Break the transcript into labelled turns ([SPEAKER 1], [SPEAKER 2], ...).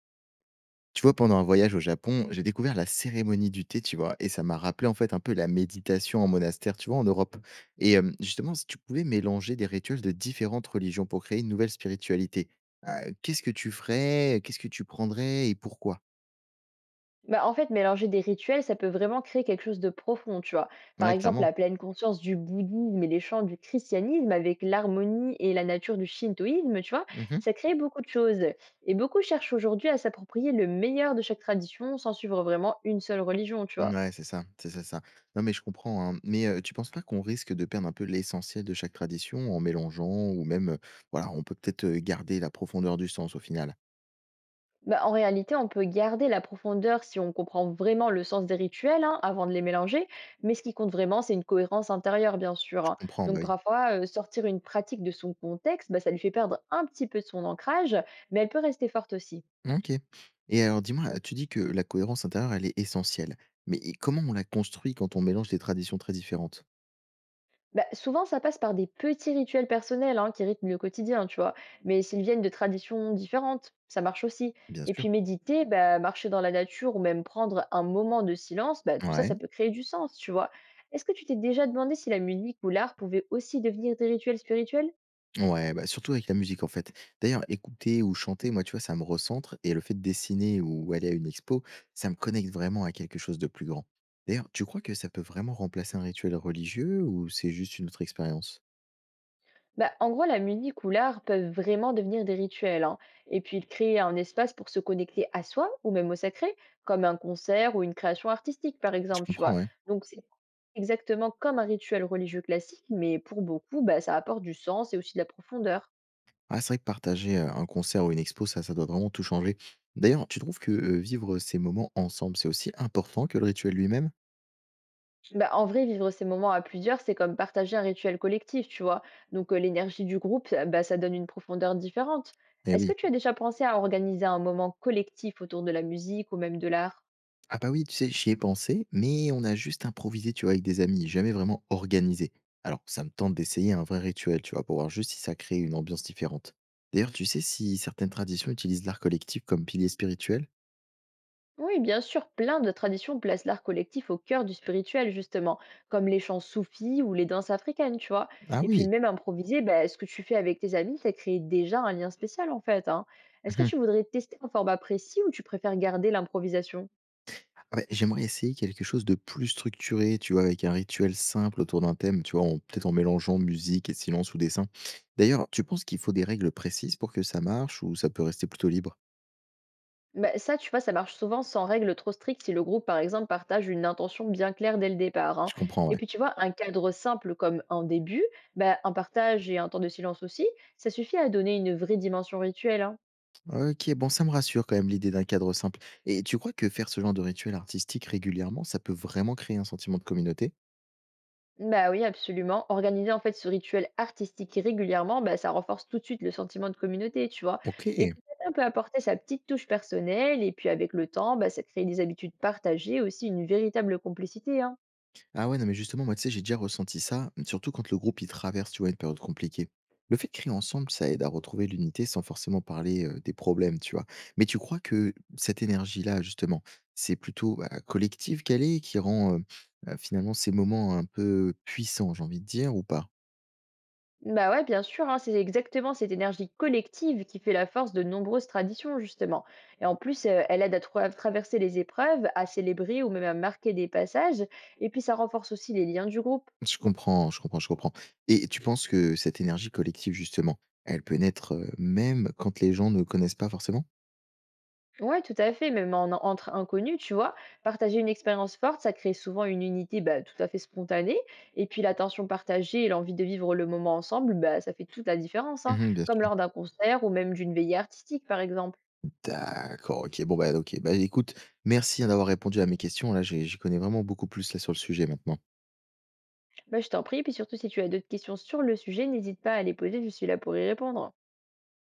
[SPEAKER 1] Tu vois, pendant un voyage au Japon, j'ai découvert la cérémonie du thé, tu vois, et ça m'a rappelé en fait un peu la méditation en monastère, tu vois, en Europe. Et justement, si tu pouvais mélanger des rituels de différentes religions pour créer une nouvelle spiritualité, qu'est-ce que tu ferais? Qu'est-ce que tu prendrais et pourquoi?
[SPEAKER 2] Bah, en fait, mélanger des rituels, ça peut vraiment créer quelque chose de profond, tu vois. Par
[SPEAKER 1] Ouais,
[SPEAKER 2] exemple,
[SPEAKER 1] clairement.
[SPEAKER 2] la pleine conscience du bouddhisme et les chants du christianisme avec l'harmonie et la nature du shintoïsme, tu vois,
[SPEAKER 1] Mhm.
[SPEAKER 2] ça crée beaucoup de choses. Et beaucoup cherchent aujourd'hui à s'approprier le meilleur de chaque tradition sans suivre vraiment une seule religion, tu vois.
[SPEAKER 1] Ouais, c'est ça, ça. Non, mais je comprends, hein. Mais tu penses pas qu'on risque de perdre un peu l'essentiel de chaque tradition en mélangeant ou même, voilà, on peut peut-être garder la profondeur du sens au final.
[SPEAKER 2] Bah, en réalité, on peut garder la profondeur si on comprend vraiment le sens des rituels hein, avant de les mélanger, mais ce qui compte vraiment, c'est une cohérence intérieure, bien sûr.
[SPEAKER 1] Je
[SPEAKER 2] Hein.
[SPEAKER 1] comprends, bah
[SPEAKER 2] Donc
[SPEAKER 1] oui.
[SPEAKER 2] parfois, sortir une pratique de son contexte, bah, ça lui fait perdre un petit peu de son ancrage, mais elle peut rester forte aussi.
[SPEAKER 1] OK. Et alors dis-moi, tu dis que la cohérence intérieure, elle est essentielle. Mais et comment on la construit quand on mélange des traditions très différentes?
[SPEAKER 2] Bah, souvent, ça passe par des petits rituels personnels hein, qui rythment le quotidien, tu vois. Mais s'ils viennent de traditions différentes, ça marche aussi.
[SPEAKER 1] Bien
[SPEAKER 2] Et
[SPEAKER 1] sûr.
[SPEAKER 2] puis méditer, bah, marcher dans la nature ou même prendre un moment de silence, bah, tout ça,
[SPEAKER 1] Ouais,
[SPEAKER 2] ça peut créer du sens, tu vois. Est-ce que tu t'es déjà demandé si la musique ou l'art pouvaient aussi devenir des rituels spirituels?
[SPEAKER 1] ouais, bah, surtout avec la musique, en fait. D'ailleurs, écouter ou chanter, moi, tu vois, ça me recentre, et le fait de dessiner ou aller à une expo, ça me connecte vraiment à quelque chose de plus grand. D'ailleurs, tu crois que ça peut vraiment remplacer un rituel religieux ou c'est juste une autre expérience?
[SPEAKER 2] Bah, en gros, la musique ou l'art peuvent vraiment devenir des rituels, hein. Et puis ils créent un espace pour se connecter à soi ou même au sacré, comme un concert ou une création artistique, par
[SPEAKER 1] Je
[SPEAKER 2] exemple, tu
[SPEAKER 1] comprends,
[SPEAKER 2] vois.
[SPEAKER 1] ouais.
[SPEAKER 2] Donc c'est exactement comme un rituel religieux classique, mais pour beaucoup, bah, ça apporte du sens et aussi de la profondeur.
[SPEAKER 1] Ah, c'est vrai que partager, un concert ou une expo, ça doit vraiment tout changer. D'ailleurs, tu trouves que, vivre ces moments ensemble, c'est aussi important que le rituel lui-même?
[SPEAKER 2] Bah, en vrai, vivre ces moments à plusieurs, c'est comme partager un rituel collectif, tu vois. Donc l'énergie du groupe, bah, ça donne une profondeur différente.
[SPEAKER 1] Eh
[SPEAKER 2] Est-ce que
[SPEAKER 1] oui.
[SPEAKER 2] tu as déjà pensé à organiser un moment collectif autour de la musique ou même de l'art?
[SPEAKER 1] Ah bah oui, tu sais, j'y ai pensé, mais on a juste improvisé, tu vois, avec des amis, jamais vraiment organisé. Alors, ça me tente d'essayer un vrai rituel, tu vois, pour voir juste si ça crée une ambiance différente. D'ailleurs, tu sais si certaines traditions utilisent l'art collectif comme pilier spirituel?
[SPEAKER 2] Oui, bien sûr, plein de traditions placent l'art collectif au cœur du spirituel, justement, comme les chants soufis ou les danses africaines, tu vois.
[SPEAKER 1] Ah
[SPEAKER 2] Et puis
[SPEAKER 1] oui.
[SPEAKER 2] même improviser, ben, ce que tu fais avec tes amis, ça crée déjà un lien spécial, en fait. Hein. Est-ce que tu voudrais tester un format précis ou tu préfères garder l'improvisation?
[SPEAKER 1] Ah beh, j'aimerais essayer quelque chose de plus structuré, tu vois? Avec un rituel simple autour d'un thème, tu vois? En peut-être en mélangeant musique et silence ou dessin. D'ailleurs, tu penses qu'il faut des règles précises pour que ça marche ou ça peut rester plutôt libre?
[SPEAKER 2] Ben, ça, tu vois, ça marche souvent sans règles trop strictes si le groupe, par exemple, partage une intention bien claire dès le départ. Hein.
[SPEAKER 1] Je comprends,
[SPEAKER 2] Et
[SPEAKER 1] ouais.
[SPEAKER 2] puis, tu vois, un cadre simple comme un début, ben, un partage et un temps de silence aussi, ça suffit à donner une vraie dimension rituelle. Hein.
[SPEAKER 1] OK, bon, ça me rassure quand même l'idée d'un cadre simple. Et tu crois que faire ce genre de rituel artistique régulièrement, ça peut vraiment créer un sentiment de communauté?
[SPEAKER 2] Bah oui, absolument. Organiser en fait ce rituel artistique régulièrement, bah, ça renforce tout de suite le sentiment de communauté, tu vois. Et
[SPEAKER 1] OK.
[SPEAKER 2] puis chacun peut apporter sa petite touche personnelle, et puis avec le temps, bah, ça crée des habitudes partagées, aussi une véritable complicité, hein.
[SPEAKER 1] Ah ouais, non, mais justement, moi, tu sais, j'ai déjà ressenti ça, mmh, surtout quand le groupe, il traverse, tu vois, une période compliquée. Le fait de crier ensemble, ça aide à retrouver l'unité sans forcément parler des problèmes, tu vois. Mais tu crois que cette énergie-là, justement, c'est plutôt bah, collective qu'elle est, qui rend finalement ces moments un peu puissants, j'ai envie de dire, ou pas?
[SPEAKER 2] Bah ouais, bien sûr, hein, c'est exactement cette énergie collective qui fait la force de nombreuses traditions, justement. Et en plus, elle aide à, à traverser les épreuves, à célébrer ou même à marquer des passages, et puis ça renforce aussi les liens du groupe.
[SPEAKER 1] Je comprends, je comprends, je comprends. Et tu penses que cette énergie collective, justement, elle peut naître même quand les gens ne connaissent pas forcément?
[SPEAKER 2] Ouais, tout à fait, même en entre inconnus, tu vois, partager une expérience forte, ça crée souvent une unité bah, tout à fait spontanée. Et puis l'attention partagée et l'envie de vivre le moment ensemble, bah, ça fait toute la différence, hein,
[SPEAKER 1] Mhm, bien
[SPEAKER 2] comme
[SPEAKER 1] sûr.
[SPEAKER 2] lors d'un concert ou même d'une veillée artistique, par exemple.
[SPEAKER 1] D'accord, OK. Bon, bah, OK. Bah, écoute, merci, hein, d'avoir répondu à mes questions. Là, j'y connais vraiment beaucoup plus, là, sur le sujet, maintenant.
[SPEAKER 2] Bah, je t'en prie. Et puis surtout si tu as d'autres questions sur le sujet, n'hésite pas à les poser, je suis là pour y répondre.